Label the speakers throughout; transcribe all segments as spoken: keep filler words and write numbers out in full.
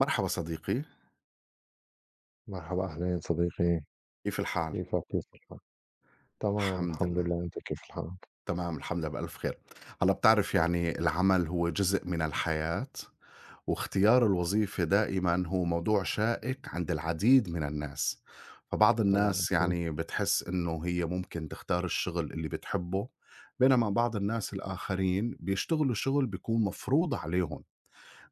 Speaker 1: مرحبا صديقي،
Speaker 2: مرحبا أهلين صديقي،
Speaker 1: كيف الحال؟
Speaker 2: كيفك كيف الحال؟ تمام
Speaker 1: الحمد
Speaker 2: الحمد
Speaker 1: لله،
Speaker 2: لله، أنت كيف الحال؟
Speaker 1: تمام الحمد لله بألف خير. هلا بتعرف يعني العمل هو جزء من الحياة واختيار الوظيفة دائما هو موضوع شائك عند العديد من الناس. فبعض
Speaker 2: طبعًا
Speaker 1: الناس
Speaker 2: أكيد
Speaker 1: يعني بتحس انه هي ممكن تختار الشغل اللي بتحبه بينما بعض الناس الآخرين بيشتغلوا شغل بيكون مفروض عليهم.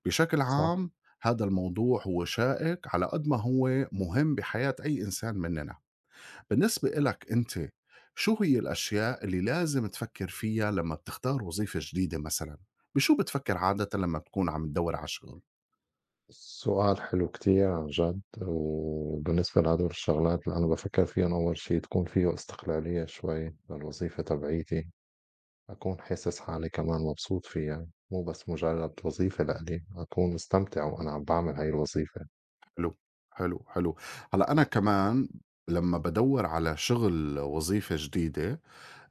Speaker 1: بشكل
Speaker 2: صح،
Speaker 1: عام هذا الموضوع هو شائك على قد ما هو مهم بحياة أي إنسان مننا. بالنسبة إلك أنت شو هي الأشياء اللي لازم تفكر فيها لما بتختار وظيفة جديدة مثلا؟ بشو بتفكر عادة لما تكون عم تدور على شغل؟
Speaker 2: سؤال حلو كتير عن جد، وبالنسبة لهدول الشغلات اللي أنا بافكّر فيهن أول شي تكون فيه استقلالية شوي للوظيفة تبعيتي، أكون حاسس حالي كمان مبسوط فيها، مو بس مجرد وظيفة لإلي، أكون مستمتع وأنا عم باعمل هاي الوظيفة.
Speaker 1: حلو، حلو، حلو. هلأ أنا كمان لما بدور على شغل وظيفة جديدة،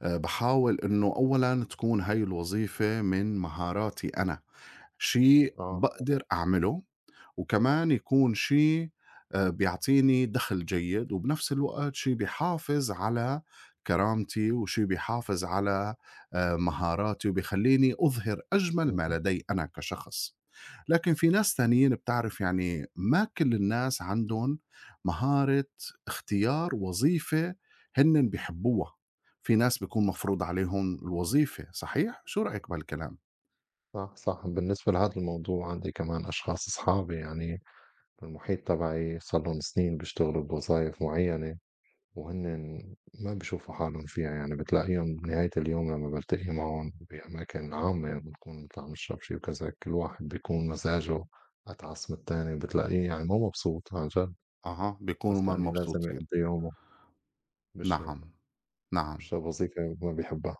Speaker 1: آه، بحاول إنه أولا تكون هاي الوظيفة من مهاراتي أنا شيء
Speaker 2: آه،
Speaker 1: بقدر أعمله، وكمان يكون شيء آه، بيعطيني دخل جيد وبنفس الوقت شيء بيحافظ على كرامتي وشيء بيحافظ على آه، مهاراتي وبيخليني أظهر أجمل ما
Speaker 2: اهم،
Speaker 1: لدي أنا كشخص. لكن في ناس تانيين بتعرف يعني ما كل الناس عندهم مهارة اختيار وظيفة هن بيحبوها، في ناس بيكون مفروض عليهم الوظيفة، صحيح؟ شو رأيك بهالكلام؟
Speaker 2: صح، صح، بالنسبة لهذا الموضوع عندي كمان أشخاص أصحابي يعني المحيط تبعي صار لهم سنين بيشتغلوا بوظايف معينة وهن ما بيشوفوا حالهم فيها، يعني بتلاقيهم بنهاية اليوم لما بلتقي معهم بأماكن عامة بنكون نطلع نشرب شي وكذا، كل واحد بيكون مزاجه أتعس من التاني بتلاقيه، يعني مو مبسوط عن جد
Speaker 1: أها بيكونوا
Speaker 2: بس
Speaker 1: ما
Speaker 2: لأني لازم
Speaker 1: مبسوطين.
Speaker 2: يقضي يومه بالشغل
Speaker 1: نعم نعم
Speaker 2: بيشتغل وظيفة ما بيحبها.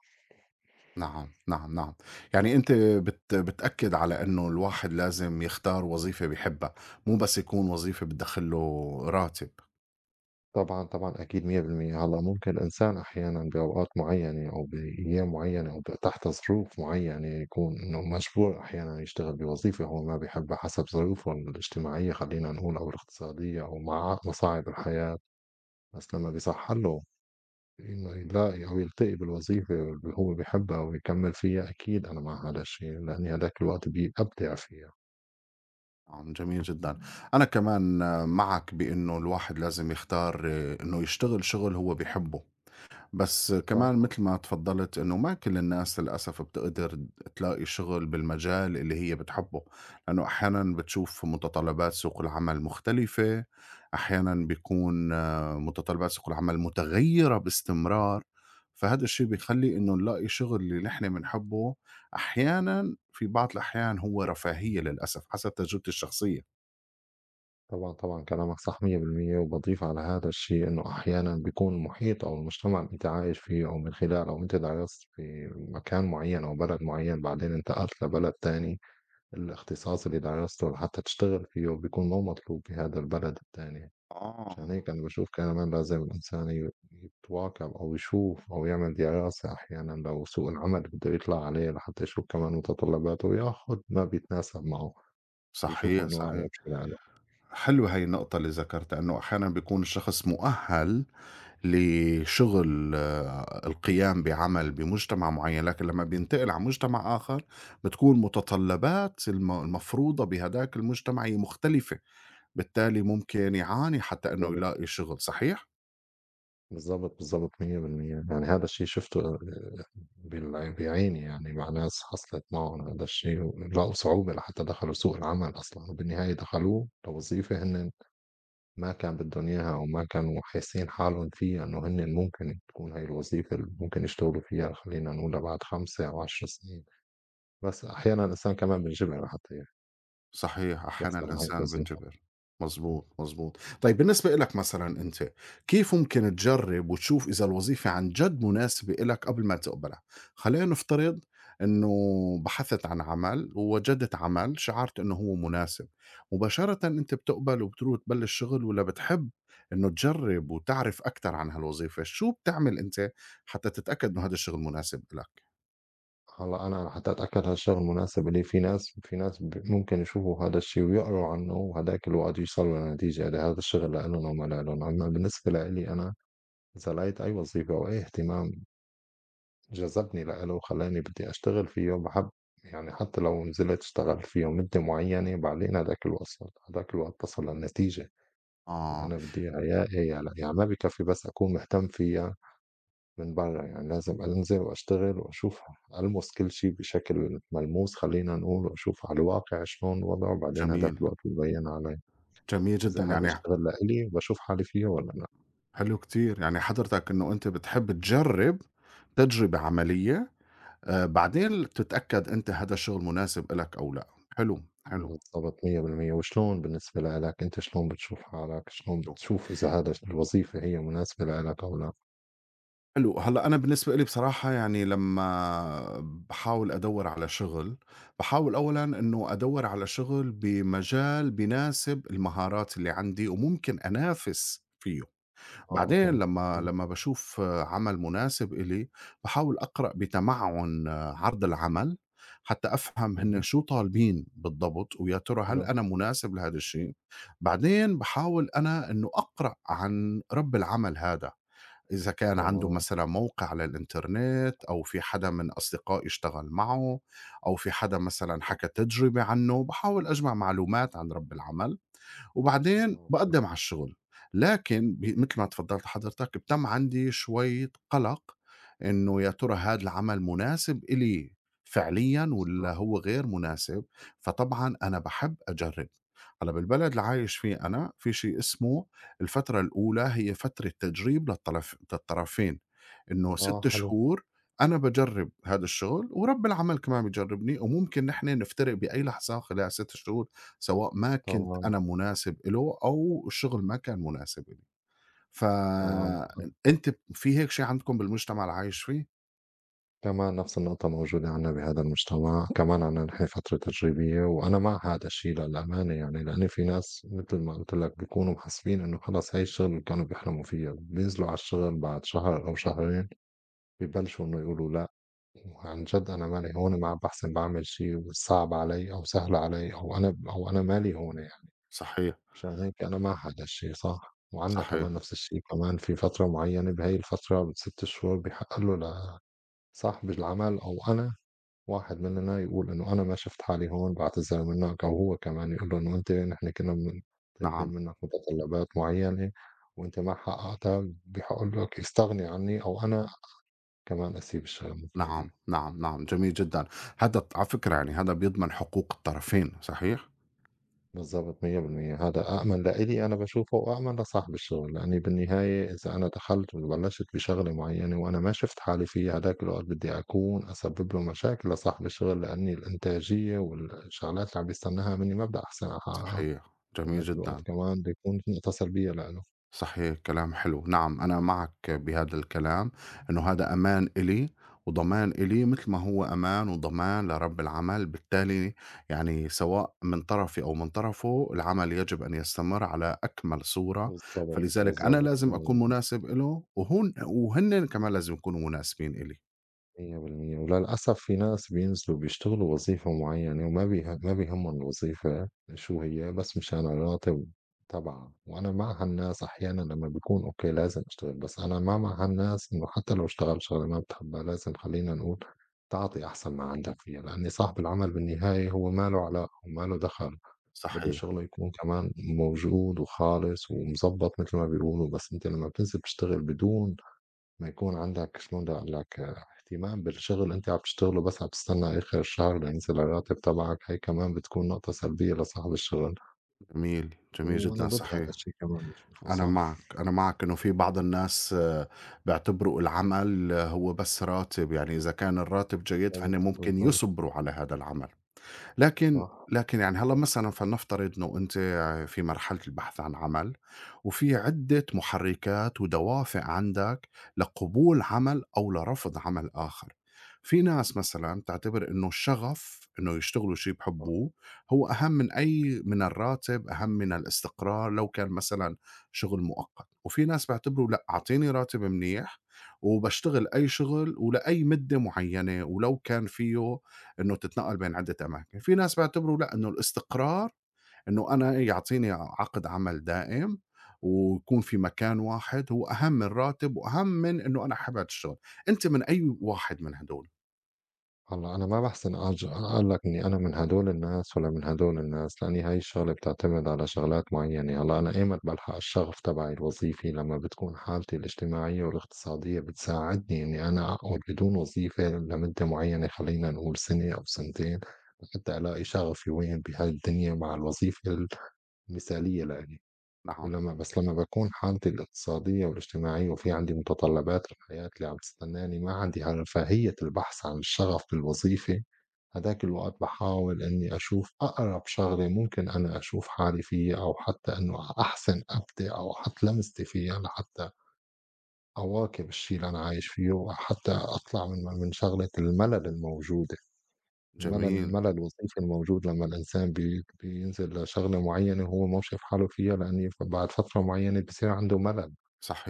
Speaker 1: نعم، نعم، نعم. يعني أنت بت بتأكد على إنه الواحد لازم يختار وظيفة بيحبها، مو بس يكون وظيفة بتدخّل له راتب.
Speaker 2: طبعًا، طبعًا أكيد مئة بالمئة هلّأ ممكن الإنسان أحيانًا بأوقات معيّنة أو بأيام معيّنة أو ب تحت ظروف معيّنة يكون إنه مجبور أحيانًا يشتغل بوظيفة هو ما بيحبها حسب ظروفه الاجتماعية خلّينا نقول أو الاقتصادية أو مع مصاعب الحياة، بس لمّا بيصح له إنه يلاقي أو يلتقي بالوظيفة اللي هو بيحبها ويكمّل فيها أكيد أنا مع هذا الشيء، لإني هاذاك الوقت بيأبدع فيها،
Speaker 1: نعم، جميل جدًا. أنا كمان آه، معك بإنه الواحد لازم يختار، آه، إنه يشتغل شغل هو بيحبه. بس كمان
Speaker 2: صح؟
Speaker 1: مثل ما تفضّلت إنه ما كل الناس للأسف بتقدر تلاقي شغل بالمجال اللي هي بتحبّه، لإنه أحيانًا بتشوف متطلبات سوق العمل مختلفة، أحيانًا بيكون آه، متطلبات سوق العمل متغيّرة باستمرار، فهذا الشي بيخلّي إنه نلاقي شغل اللي نحن بنحبّه أحيانًا في بعض الأحيان هو رفاهية للأسف حسب تجربتي الشخصية.
Speaker 2: طبعًا، طبعًا كلامك صح مية بالمية وباضيف على هذا الشيء إنه أحيانًا بيكون المحيط أو المجتمع اللي أنت عايش فيه أو من خلاله أو أنت درست في مكان معين أو بلد معين بعدين انتقلت لبلد تاني، الاختصاص اللي درسته لحتى تشتغل فيه بيكون مو مطلوب بهذا البلد التاني، مشان
Speaker 1: آه.
Speaker 2: هيك أنا باشوف كمان لازم الإنسان ي يتواكب أو يشوف أو يعمل دراسة أحيانًا لو سوق العمل بده يطلع عليه لحتى يشوف كمان متطلباته وياخد ما بيتناسب معه ويشوفه
Speaker 1: صحيح،
Speaker 2: إنه أقرب
Speaker 1: صحيح.
Speaker 2: شيء لإله.
Speaker 1: حلوة هاي النقطة اللي ذكرتها، إنه أحيانًا بيكون الشخص مؤهَّل لشغل، آآ القيام بعمل بمجتمع معيّن، لكن لمّا بينتقل على مجتمع آخر بتكون متطلبات الم المفروضة بهداك المجتمع هي مختلفة، بالتالي ممكن يعاني حتى إنه
Speaker 2: بالضبط.
Speaker 1: يلاقي شغل، صحيح؟
Speaker 2: بالضبط، بالضبط، مية بالمية يعني هذا الشيء شُفته آه، بال بعيني، يعني مع ناس حصلت معهم هذا الشيء، ولقوا صعوبة لحتى دخلوا سوق العمل أصلًا، وبالنهاية دخلوه لوظيفة هن ما كان بدهم إياها أو ما كانوا حاسين حالهم فيها، إنه هن ممكن تكون هاي الوظيفة اللي ممكن يشتغلوا فيها خلّينا نقول لبعد خمسة أو عشر سنين، بس أحيانًا الإنسان كمان بينجبر لحتى
Speaker 1: صحيح، أحيانًا
Speaker 2: يحصل على هاي
Speaker 1: الإنسان
Speaker 2: الوظيفة.
Speaker 1: بينجبر. مضبوط، مضبوط. طيب بالنسبة إلك مثلًا أنت، كيف ممكن تجرّب وتشوف إذا الوظيفة عن جد مناسبة إلك قبل ما تقبلها؟ خلّينا نفترض إنه بحثت عن عمل ووجدت عمل شعرت إنه هو مناسب، مباشرةً أنت بتقبل وبتروح تبلّش شغل والّا بتحب إنه تجرّب وتعرف أكتر عن هالوظيفة؟ شو بتعمل أنت حتى تتأكد إنه هذا الشغل مناسب إلك؟
Speaker 2: هلا انا حتى اتاكد هالشغل مناسب لي، في ناس في ناس ب- ممكن يشوفوا هذا الشيء ويقروا عنه وهداك الوقت يوصلوا لنتيجه هذا هذا الشغل لإلهم او ما لإلهم، اما بالنسبه لإلي انا اذا لقيت اي وظيفه او اي اهتمام جذبني لإله وخلاني بدي اشتغل فيه بحب، يعني حتى لو نزلت اشتغلت فيه مده معينه بعدين هداك الوقت، هداك الوقت بصل للنتيجه اللي
Speaker 1: آه،
Speaker 2: انا بدي اياها. هي هلا يعني ما بكفي بس اكون مهتم فيها من برّه، يعني لازم أنزل وأشتغل وأشوف، ألمُس كل شي بشكل ملموس خلّينا نقول، وأشوف على الواقع شلون وضعه بعدين هداك
Speaker 1: جميل،
Speaker 2: الوقت بيبين علي
Speaker 1: جميل
Speaker 2: إذا
Speaker 1: جدًا.
Speaker 2: هذا
Speaker 1: يعني
Speaker 2: الشغل لإلي باشوف حالي فيه والّا لأ.
Speaker 1: حلو كتير، يعني حضرتك إنه أنت بتحب تجرّب تجربة عملية، آآ بعدين تتأكد أنت هذا الشغل مناسب إلك أو لأ، حلو، حلو،
Speaker 2: بالضبط مية بالمية وشلون بالنسبة لإلك أنت، شلون بتشوف حالك، شلون
Speaker 1: حلو،
Speaker 2: بتشوف إذا هذا الش الوظيفة هي مناسبة لإلك أو لأ؟
Speaker 1: حلو، هلأ أنا بالنسبة إلي بصراحة يعني لمّا باحاول أدوّر على شغل، باحاول أولًا إنه أدوّر على شغل بمجال بيناسب المهارات اللي عندي وممكن أنافس فيه.
Speaker 2: آه
Speaker 1: بعدين
Speaker 2: أوكي،
Speaker 1: لمّا
Speaker 2: حلو،
Speaker 1: لمّا باشوف عمل مناسب إلي، باحاول أقرأ بتمعُّن عرض العمل، حتى أفهم هن
Speaker 2: اهم،
Speaker 1: شو طالبين بالضبط، ويا ترى هل
Speaker 2: حلو،
Speaker 1: أنا مناسب لهيدا الشي؟ بعدين باحاول أنا إنه أقرأ عن رب العمل هادا، إذا كان عنده
Speaker 2: تمام،
Speaker 1: مثلًا موقع على الإنترنت أو في حدا من أصدقائي اشتغل معه أو في حدا مثلًا حكى تجربة عنه، باحاول أجمع معلومات عن رب العمل. وبعدين
Speaker 2: أوكي،
Speaker 1: باقدّم على الشغل، لكن ب متل ما تفضّلت حضرتك بتم عندي شوية قَلَق إنه يا ترى هاد العمل مناسب إلي فعليًا والّا
Speaker 2: صح،
Speaker 1: هو غير مناسب، فطبعًا أنا باحب أجرّب. هلّأ بالبلد اللي عايش فيه أنا في شي اسمه الفترة الأولى هي فترة تجريب للطرف للطرفين، إنه
Speaker 2: آه
Speaker 1: ستة
Speaker 2: حلو،
Speaker 1: شهور أنا باجرّب هاد الشغل ورب العمل كمان بيجرّبني وممكن نحن نفترق بأي لحظة خلال ستة شهور سواء ما كنت
Speaker 2: تمام،
Speaker 1: أنا مناسب إله أو الشغل ما كان مناسب إلي.
Speaker 2: تمام.
Speaker 1: فأنتِ في هيك شي عندكم بالمجتمع اللي عايش فيه؟
Speaker 2: كمان نفس النقطة موجودة عنا بهذا المجتمع، كمان عنا نحن فترة تجريبية وأنا مع هذا الشيء للأمانة، يعني لأن في ناس مثل ما قلت لك بيكونوا محسبين إنه خلص هاي الشغل اللي كانوا بيحلموا فيها، بينزلوا على الشغل بعد شهر أو شهرين ببلشوا إنه يقولوا لا، وعن جد أنا مالي هون، ما عم بحسن بعمل شيء صعب علي أو سهل علي، أو أنا أو أنا مالي هون، يعني
Speaker 1: صحيح،
Speaker 2: مشان هيك أنا مع هذا الشيء. صح، وعنا
Speaker 1: صحيح،
Speaker 2: كمان نفس الشيء، كمان في فترة معينة بهي الفترة من ست شهور بحق له لصاحب العمل أو أنا، واحد مننا يقول إنه أنا ما شفت حالي هون باعتذر منّك، أو هو كمان يقول له إنه أنت نحن كنّا من طالبين
Speaker 1: نعم،
Speaker 2: منّك متطلبات معيّنة وأنت ما حقّقتها بحق لك استغني عنّي، أو أنا كمان أسيب الشغل مثل ما
Speaker 1: نعم،
Speaker 2: بيقولوا.
Speaker 1: نعم، نعم، جميل جدًا. هذا ت على فكرة يعني هذا بيضمن حقوق الطرفين، صحيح؟
Speaker 2: بالضبط مية بالمية هذا أأمن لإلي أنا باشوفه وأأمن لصاحب الشغل، لإنّي بالنهاية إذا أنا دخلت وبلّشت بشغلة معيّنة وأنا ما شفت حالي فيها هداك الوقت بدي أكون أسبّب له مشاكل لصاحب الشغل، لإنّي الإنتاجية والشغلات اللي عم بيستناها منّي ما بدي أحسن أحققها.
Speaker 1: صحيح، جميل
Speaker 2: هناك الوقت
Speaker 1: جدًا.
Speaker 2: كمان بيكون في نقطة سلبية لإله.
Speaker 1: صحيح، كلام حلو، نعم أنا معك بهذا الكلام أنه هذا أمان إلي وضمان إلي مثل ما هو أمان وضمان لرب العمل بالتالي يعني سواء من طرفي أو من طرفه العمل يجب أن يستمر على أكمل صورة،
Speaker 2: بالضبط،
Speaker 1: فلذلك أنا
Speaker 2: بالضبط،
Speaker 1: لازم أكون مناسب له وهن, وهن كمان لازم يكونوا مناسبين إلي.
Speaker 2: مية بالمية وللأسف في ناس بينزلوا بيشتغلوا وظيفة معيّنة وما بيه ما بيهمّهم الوظيفة شو هي، بس مشان الراتب تبعها، وأنا مع هالناس أحيانًا لمّا بيكون أوكي لازم أشتغل، بس أنا ما مع هالناس إنه حتى لو اشتغلت شغلة ما بتحبها لازم خلّينا نقول تعطي أحسن ما عندك فيها، لإن صاحب العمل بالنهاية هو ما له علاقة وما له دخل. وبدّي
Speaker 1: صحيح،
Speaker 2: الشغل يكون كمان موجود وخالص ومضبّط متل ما بيقولوا، بس أنت لمّا بتنزل تشتغل بدون ما يكون عندك شلون بدي أقول لك، آه، اهتمام بالشغل، أنت عم تشتغله بس عم تستنى آخر الشهر لينزل الراتب تبعك، هي كمان بتكون نقطة سلبية لصاحب الشغل،
Speaker 1: جميل، جميل
Speaker 2: وأنا
Speaker 1: جدا،
Speaker 2: ضد هذا
Speaker 1: صحيح.
Speaker 2: الشي كمان باشوفه،
Speaker 1: أنا
Speaker 2: صح،
Speaker 1: معك، أنا معك إنه في بعض الناس، آه، بيعتبروا العمل آه، هو بس راتب، يعني إذا كان الراتب جيد فهن
Speaker 2: بالضبط،
Speaker 1: ممكن
Speaker 2: بالضبط،
Speaker 1: يصبروا على هذا العمل. لكن
Speaker 2: صح.
Speaker 1: لكن يعني هلا مثلًا فلنفترض إنه أنتِ في مرحلة البحث عن عمل، وفي عدة محركات ودوافع عندك لقبول عمل أو لرفض عمل آخر، في ناس مثلًا بتعتبر إنه الشغف إنه يشتغلوا شي بحبوه هو أهم من أي من الراتب، أهم من الاستقرار لو كان مثلًا شغل مؤقت، وفي ناس بيعتبروا لأ أعطيني راتب منيح وباشتغل أي شغل ولأي مدة معينة ولو كان فيه إنه تتنقّل بين عدّة أماكن، في ناس بيعتبروا لأ، إنه الاستقرار إنه أنا يعطيني عقد عمل دائم ويكون في مكان واحد هو أهم من الراتب وأهم من إنه أنا حابب الشغل، أنت من أي واحد من هدول؟
Speaker 2: هلأ أنا ما باحسن أج أقول لك إنّي أنا من هادول الناس والّا من هادول الناس، لإنّي هاي الشغلة بتعتمد على شغلات معيّنة. هلأ أنا إيمت بالحق الشغف تبعي الوظيفي، لمّا بتكون حالتي الاجتماعية والاقتصادية بتساعدني إنّي أنا أقعد بدون وظيفة لمدة معيّنة خلّينا نقول سنة أو سنتين، لحتى ألاقي شغفي وين بهالدنيا مع الوظيفة المثالية لإلي.
Speaker 1: نعم،
Speaker 2: ولما بس لما باكون حالتي الاقتصادية والاجتماعية وفي عندي متطلبات الحياة اللي عم تستناني، ما عندي رفاهية البحث عن الشغف بالوظيفة، هداك الوقت باحاول إني أشوف أقرب شغلة ممكن أنا أشوف حالي فيها أو حتى إنه أحسن أبدع أو أحط لمستي فيها لحتى أواكب الشي اللي أنا عايش فيه، وحتى أطلع من من شغلة الملل الموجودة. الملل
Speaker 1: جميل،
Speaker 2: الملل الوظيفي الموجود لمّا الإنسان بي بينزل شغلة معيّنة وهو ما شايف حاله فيها، لإن ف بعد فترة معيّنة بصير عنده ملل،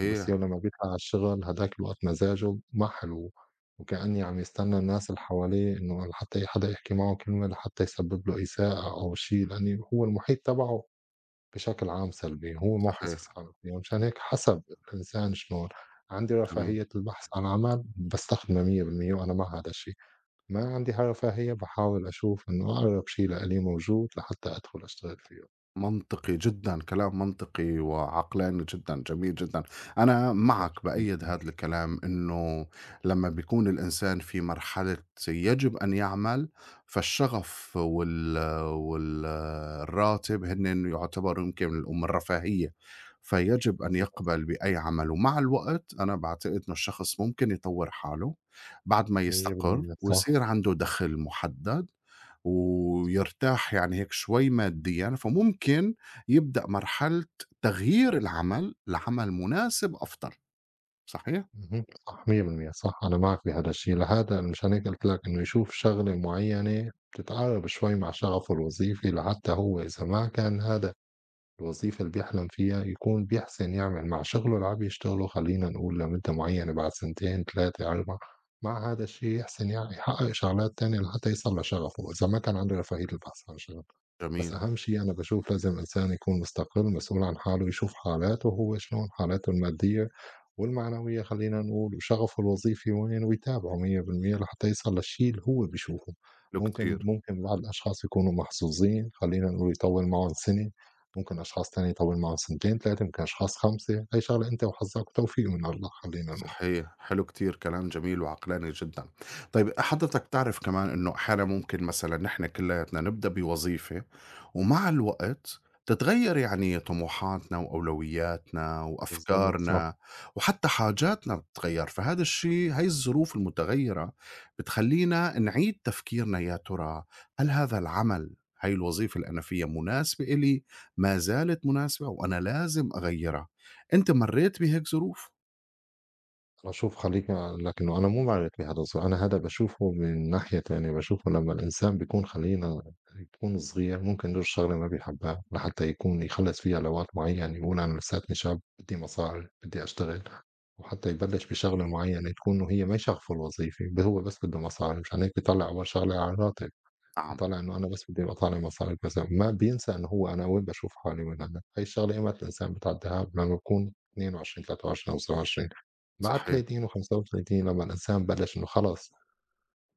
Speaker 2: وبصير لمّا بيطلع على الشغل هداك الوقت مزاجه ما حلو، وكأني عم يستنى الناس اللي حواليه إنه لحتى حدا يحكي معه كلمة لحتى يسبب له إساءة أو شيء، لإن هو المحيط تبعه بشكل عام سلبي، هو ما هو
Speaker 1: صحيح،
Speaker 2: حاسس حاله فيه، مشان هيك حسب الإنسان شلون، عندي
Speaker 1: جميل.
Speaker 2: رفاهية البحث عن عمل باستخدمها مئة بالمئة وأنا مع هذا الشيء. ما عندي حاجة رفاهية باحاول أشوف إنه أقرب شيء لإلي موجود لحتى أدخل أشتغل فيه.
Speaker 1: منطقي جدًا، كلام منطقي وعقلاني جدًا، جميل جدًا. أنا معك بأيّد هذا الكلام إنه لمّا بيكون الإنسان في مرحلة يجب أن يعمل، فالشغف وال وال الراتب هنّن يعتبروا يمكن من الأمور الرفاهية، فيجب أن
Speaker 2: بالضبط
Speaker 1: يقبل بأي عمل. ومع الوقت أنا باعتقد إنه الشخص ممكن يطوّر حاله بعد ما يستقر
Speaker 2: مية بالمية صح،
Speaker 1: ويصير عنده دخل محدد ويرتاح يعني هيك شوي ماديًا، فممكن يبدأ مرحلة تغيير العمل لعمل مناسب أفضل، صحيح؟
Speaker 2: اهم، صح مية بالمية صح، أنا معك بهذا الشيء، لهذا مشان هيك قُلت لك إنه يشوف شغلة معيّنة بتتعارض شوي مع شغفه الوظيفي، لحتى هو إذا ما كان هذا الوظيفة اللي بيحلم فيها يكون بيحسن يعمل مع شغله العادي يشتغله خلّينا نقول لمدة معيّنة بعد سنتين ثلاثة، على ما مع هذا الشيء يحسن يعني يحقق شغلات تانية لحتى يوصل لشغفه، إذا ما كان عنده رفاهية البحث عن شغف. بس
Speaker 1: جميل،
Speaker 2: أهم شيء أنا باشوف لازم إنسان يكون مستقل مسؤول عن حاله، يشوف حالاته هو شلون، حالاته المادية والمعنوية خلّينا نقول وشغفه الوظيفي وين، ويتابعه مية بالمية لحتى يوصل للشيء اللي هو بيشوفه.
Speaker 1: حلو
Speaker 2: ممكن
Speaker 1: كتير.
Speaker 2: ممكن بعض الأشخاص يكونوا محظوظين خلّينا نقول يطوّل معاهم سنة. ممكن أشخاص تانية يطوّل معاهم سنتين، تلاتة، يمكن أشخاص خمسة، هي شغلة أنت وحظّك وتوفيق من الله خلّينا نقول.
Speaker 1: صحيح، حلو كتير، كلام جميل وعقلاني جدًا. طيب حضرتك تعرف كمان إنه أحيانًا ممكن مثلًا نحن كلّياتنا نبدأ بوظيفة ومع الوقت تتغيّر يعني طموحاتنا وأولوياتنا
Speaker 2: بالضبط، صح.
Speaker 1: وأفكارنا وحتّى حاجاتنا بتتغيّر، فهذا الشي هاي الظروف المتغيّرة بتخلّينا نعيد تفكيرنا يا ترى هل هذا العمل، هاي الوظيفة اللي أنا فيها مناسبة إلي، ما زالت مناسبة وأنا لازم أغيّرها. أنت مرّيت بهيك ظروف؟
Speaker 2: أنا شوف خلّيني أقول لك إنه أنا مو معارض بهذا، الصغ أنا هذا باشوفه من ناحية تانية، باشوفه لمّا الإنسان بيكون خلّينا يكون صغير ممكن يدوس شغلة ما بيحبّها لحتّى يكون يخلّص فيها لوقت معيّن، يقول أنا لساتني شاب، بدي مصاري، بدي أشتغل، وحتّى يبلّش بشغلة معيّنة تكون إنه هي ما شغفه الوظيفي، ب هو بس بده مصاري، مشان هيك بيطلّع أول شغلة على الراتب.
Speaker 1: نعم.
Speaker 2: يطلّع إنه أنا بس بدي أبقى طالع مصاري مثلًا، ما بينسى إنه هو أنا وين باشوف حالي وين أنا. هاي الشغلة إيمت الإنسان بتعدّيها؟ لمّا بكون اتنين وعشرين، تلاتة وعشرين أو سبعة وعشرين مع
Speaker 1: صحيح،
Speaker 2: تلاتين و35، لمّا الإنسان بلّش إنه خلص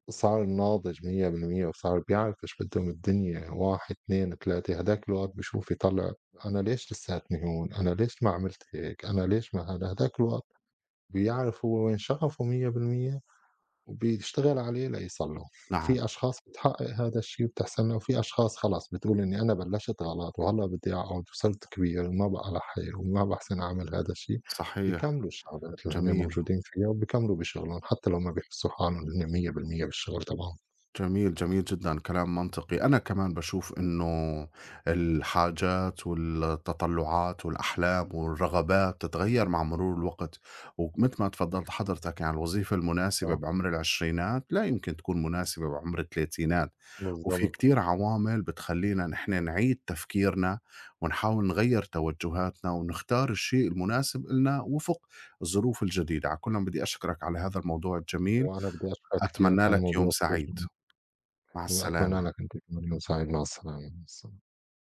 Speaker 2: صار ناضج مية بالمية وصار بيعرف إيش بدّه من الدنيا واحد، اثنين، ثلاثة، هداك الوقت بيشوف يطلّع أنا ليش لساتني هون، أنا ليش ما عملت هيك، أنا ليش ما هذا، هداك الوقت بيعرف هو وين شغفه مية بالمية وبيشتغل عليه ليصلّحه.
Speaker 1: نعم،
Speaker 2: وفي أشخاص بتحقق هذا الشي وبتحسن لها، وفي أشخاص خلص بتقول إنّي أنا بلّشت غلط وهلّأ بدي أقعد وصرت كبير وما بقى لحالي وما باحسن أعمل هذا الشي،
Speaker 1: صحيح،
Speaker 2: بيكملوا الشغلات اللي هن
Speaker 1: جميل.
Speaker 2: موجودين فيها وبيكملوا بشغلهم حتى لو ما بيحسّوا حالهم هن مية بالمية بالشغل تبعهم.
Speaker 1: جميل، جميل جدًا، كلام منطقي. أنا كمان باشوف إنه الحاجات والتطلُّعات والأحلام والرغبات تتغيّر مع مرور الوقت، ومتل ما تفضّلت حضرتك يعني الوظيفة المناسبة
Speaker 2: صح،
Speaker 1: بعمر العشرينات لا يمكن تكون مناسبة بعمر التلاتينات، وفي
Speaker 2: بالضبط.
Speaker 1: كتير عوامل بتخلّينا نحن نعيد تفكيرنا ونحاول نغيّر توجُّهاتنا ونختار الشيء المناسب إلنا وفق الظروف الجديدة. على كُل أنا بدي أشكرك على هذا الموضوع الجميل،
Speaker 2: وأنا بدي أشكرك كتير،
Speaker 1: أتمنى
Speaker 2: كان
Speaker 1: لك يوم
Speaker 2: موضوع كتير
Speaker 1: سعيد.
Speaker 2: جميل،
Speaker 1: مع
Speaker 2: وأتمنى
Speaker 1: السلامة.
Speaker 2: لك أنت كمان يوم سعيد، مع السلامة.